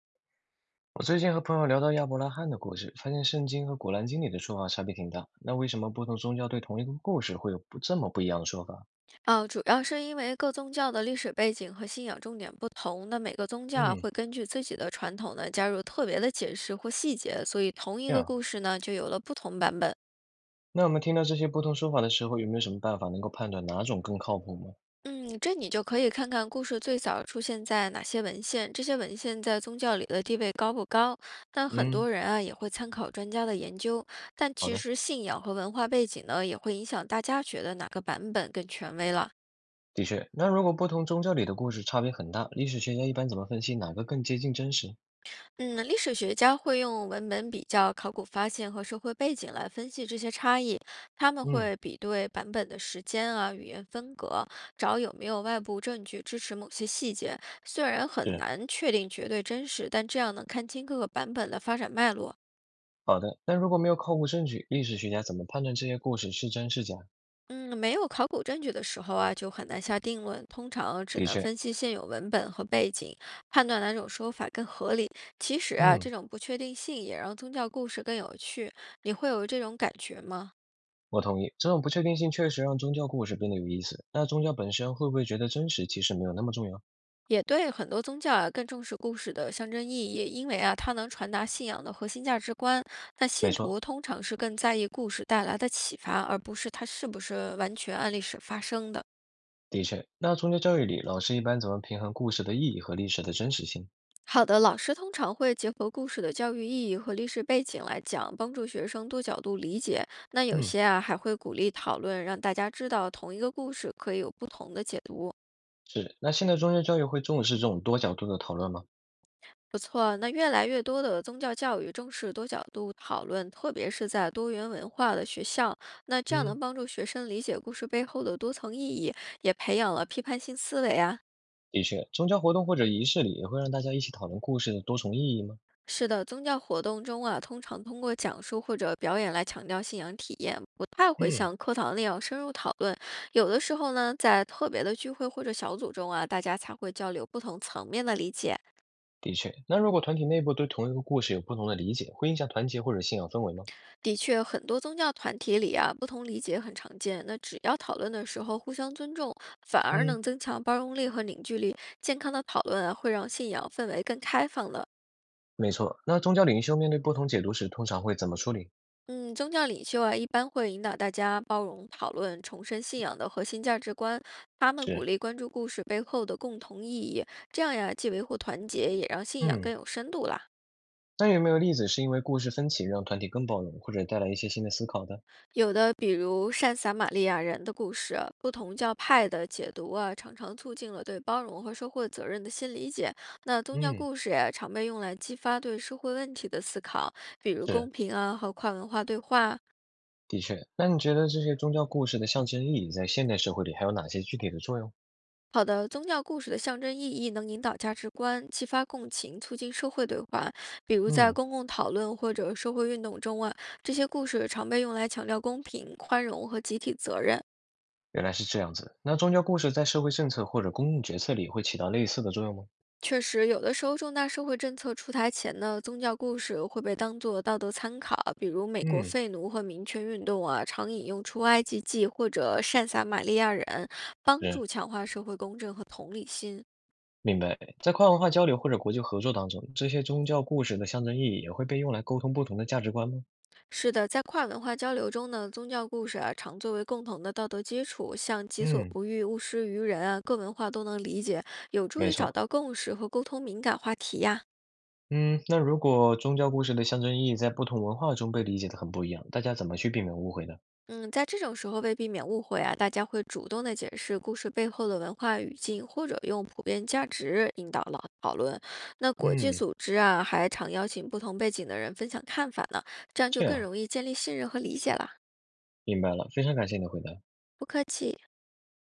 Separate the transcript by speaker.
Speaker 1: 我最近和朋友聊到亚伯拉罕的故事，发现圣经和古兰经里的说法差别挺大。那为什么不同宗教对同一个故事会有不这么不一样的说法？
Speaker 2: 哦，主要是因为各宗教的历史背景和信仰重点不同，那每个宗教啊
Speaker 1: 嗯，
Speaker 2: 会根据自己的传统呢加入特别的解释或细节，所以同一
Speaker 1: 这
Speaker 2: 个
Speaker 1: 样。
Speaker 2: 故事呢就有了不同版本。
Speaker 1: 那我们听到这些不同说法的时候，有没有什么办法能够判断哪种更靠谱吗？
Speaker 2: 嗯，这你就可以看看故事最早出现在哪些文献，这些文献在宗教里的地位高不高。但很多
Speaker 1: 嗯，
Speaker 2: 人啊也会参考专家的研究，但
Speaker 1: 好
Speaker 2: 其
Speaker 1: 的，
Speaker 2: 实信仰和文化背景呢也会影响大家觉得哪个版本更权威了。
Speaker 1: 的确。那如果不同宗教里的故事差别很大，历史学家一般怎么分析哪个更接近真实？
Speaker 2: 嗯，历史学家会用文本比较、考古发现和社会背景来分析这些差异。他们
Speaker 1: 嗯，
Speaker 2: 会比对版本的时间啊、语言风格，找有没有外部证据支持某些细节。虽然很
Speaker 1: 是，
Speaker 2: 难确定绝对真实，但这样能看清各个版本的发展脉络。
Speaker 1: 好的。那如果没有靠谱证据，历史学家怎么判断这些故事是真是假？
Speaker 2: 嗯，没有考古证据的时候啊，就很难下定论，通常只
Speaker 1: 的
Speaker 2: 能
Speaker 1: 确，
Speaker 2: 分析现有文本和背景，判断哪种说法更合理。其实啊，这
Speaker 1: 嗯。
Speaker 2: 种不确定性也让宗教故事更有趣，你会有这种感觉吗？
Speaker 1: 我同意，这种不确定性确实让宗教故事变得有意思。那宗教本身会不会觉得真实其实没有那么重要？
Speaker 2: 也对，很多宗教啊更重视故事的象征意义，因为啊它能传达信仰的核心价值观。那
Speaker 1: 没
Speaker 2: 信
Speaker 1: 错，
Speaker 2: 徒通常是更在意故事带来的启发，而不是它是不是完全按历史发生的。
Speaker 1: 的确。那宗教教育里，老师一般怎么平衡故事的意义和历史的真实性？
Speaker 2: 好的，老师通常会结合故事的教育意义和历史背景来讲，帮助学生多角度理解。那有
Speaker 1: 嗯，
Speaker 2: 些啊还会鼓励讨论，让大家知道同一个故事可以有不同的解读。
Speaker 1: 是。那现在宗教教育会重视这种多角度的讨论吗？
Speaker 2: 不错，那越来越多的宗教教育重视多角度讨论，特别是在多元文化的学校，那这样
Speaker 1: 嗯，
Speaker 2: 能帮助学生理解故事背后的多层意义，也培养了批判性思维啊。
Speaker 1: 的确。宗教活动或者仪式里也会让大家一起讨论故事的多重意义吗？
Speaker 2: 是的，宗教活动中啊，通常通过讲述或者表演来强调信仰体验，不太会
Speaker 1: 嗯，
Speaker 2: 像课堂那样深入讨论。有的时候呢，在特别的聚会或者小组中啊，大家才会交流不同层面的理解。
Speaker 1: 的确。那如果团体内部对同一个故事有不同的理解，会影响团结或者信仰氛围吗？
Speaker 2: 的确，很多宗教团体里啊，不同理解很常见。那只要讨论的时候互相尊重，反而
Speaker 1: 嗯，
Speaker 2: 能增强包容力和凝聚力。健康的讨论啊，会让信仰氛围更开放的。
Speaker 1: 没错。那宗教领袖面对不同解读时，通常会怎么处理？
Speaker 2: 嗯，宗教领袖啊，一般会引导大家包容、讨论、重申信仰的核心价值观。他们鼓
Speaker 1: 是。
Speaker 2: 励关注故事背后的共同意义，这样呀，既维护团结，也让信仰更
Speaker 1: 嗯，
Speaker 2: 有深度啦。
Speaker 1: 那有没有例子是因为故事分歧让团体更包容，或者带来一些新的思考的？
Speaker 2: 有的，比如善撒玛利亚人的故事，不同教派的解读啊，常常促进了对包容和社会责任的新理解。那宗教
Speaker 1: 嗯，
Speaker 2: 故事呀，常被用来激发对社会问题的思考，比如公
Speaker 1: 是，
Speaker 2: 平啊和跨文化对话。
Speaker 1: 的确。那你觉得这些宗教故事的象征意义在现代社会里还有哪些具体的作用？
Speaker 2: 好的，宗教故事的象征意义能引导价值观，激发共情，促进社会对话。比如在
Speaker 1: 嗯，
Speaker 2: 公共讨论或者社会运动中啊，这些故事常被用来强调公平、宽容和集体责任。
Speaker 1: 原来是这样子。那宗教故事在社会政策或者公共决策里会起到类似的作用吗？
Speaker 2: 确实，有的时候重大社会政策出台前呢，宗教故事会被当作道德参考，比如美国
Speaker 1: 嗯，
Speaker 2: 废奴和民权运动啊，常引用出埃及记或者善撒玛利亚人，帮
Speaker 1: 是，
Speaker 2: 助强化社会公正和同理心。
Speaker 1: 明白。在跨文化交流或者国际合作当中，这些宗教故事的象征意义也会被用来沟通不同的价值观吗？
Speaker 2: 是的，在跨文化交流中呢，宗教故事啊常作为共同的道德基础，像“己所
Speaker 1: 嗯，
Speaker 2: 不欲，勿施于人”啊，各文化都能理解，有助
Speaker 1: 没
Speaker 2: 于找
Speaker 1: 错。
Speaker 2: 到共识和沟通敏感话题呀。
Speaker 1: 嗯，那如果宗教故事的象征意义在不同文化中被理解的很不一样，大家怎么去避免误会呢？
Speaker 2: 嗯，在这种时候，为避免误会啊，大家会主动的解释故事背后的文化语境，或者用普遍价值引导了讨论。那国际
Speaker 1: 嗯，
Speaker 2: 组织啊，还常邀请不同背景的人分享看法呢，这样就
Speaker 1: 这
Speaker 2: 更
Speaker 1: 样，
Speaker 2: 容易建立信任和理解了。
Speaker 1: 明白了，非常感谢你的回答。
Speaker 2: 不客气。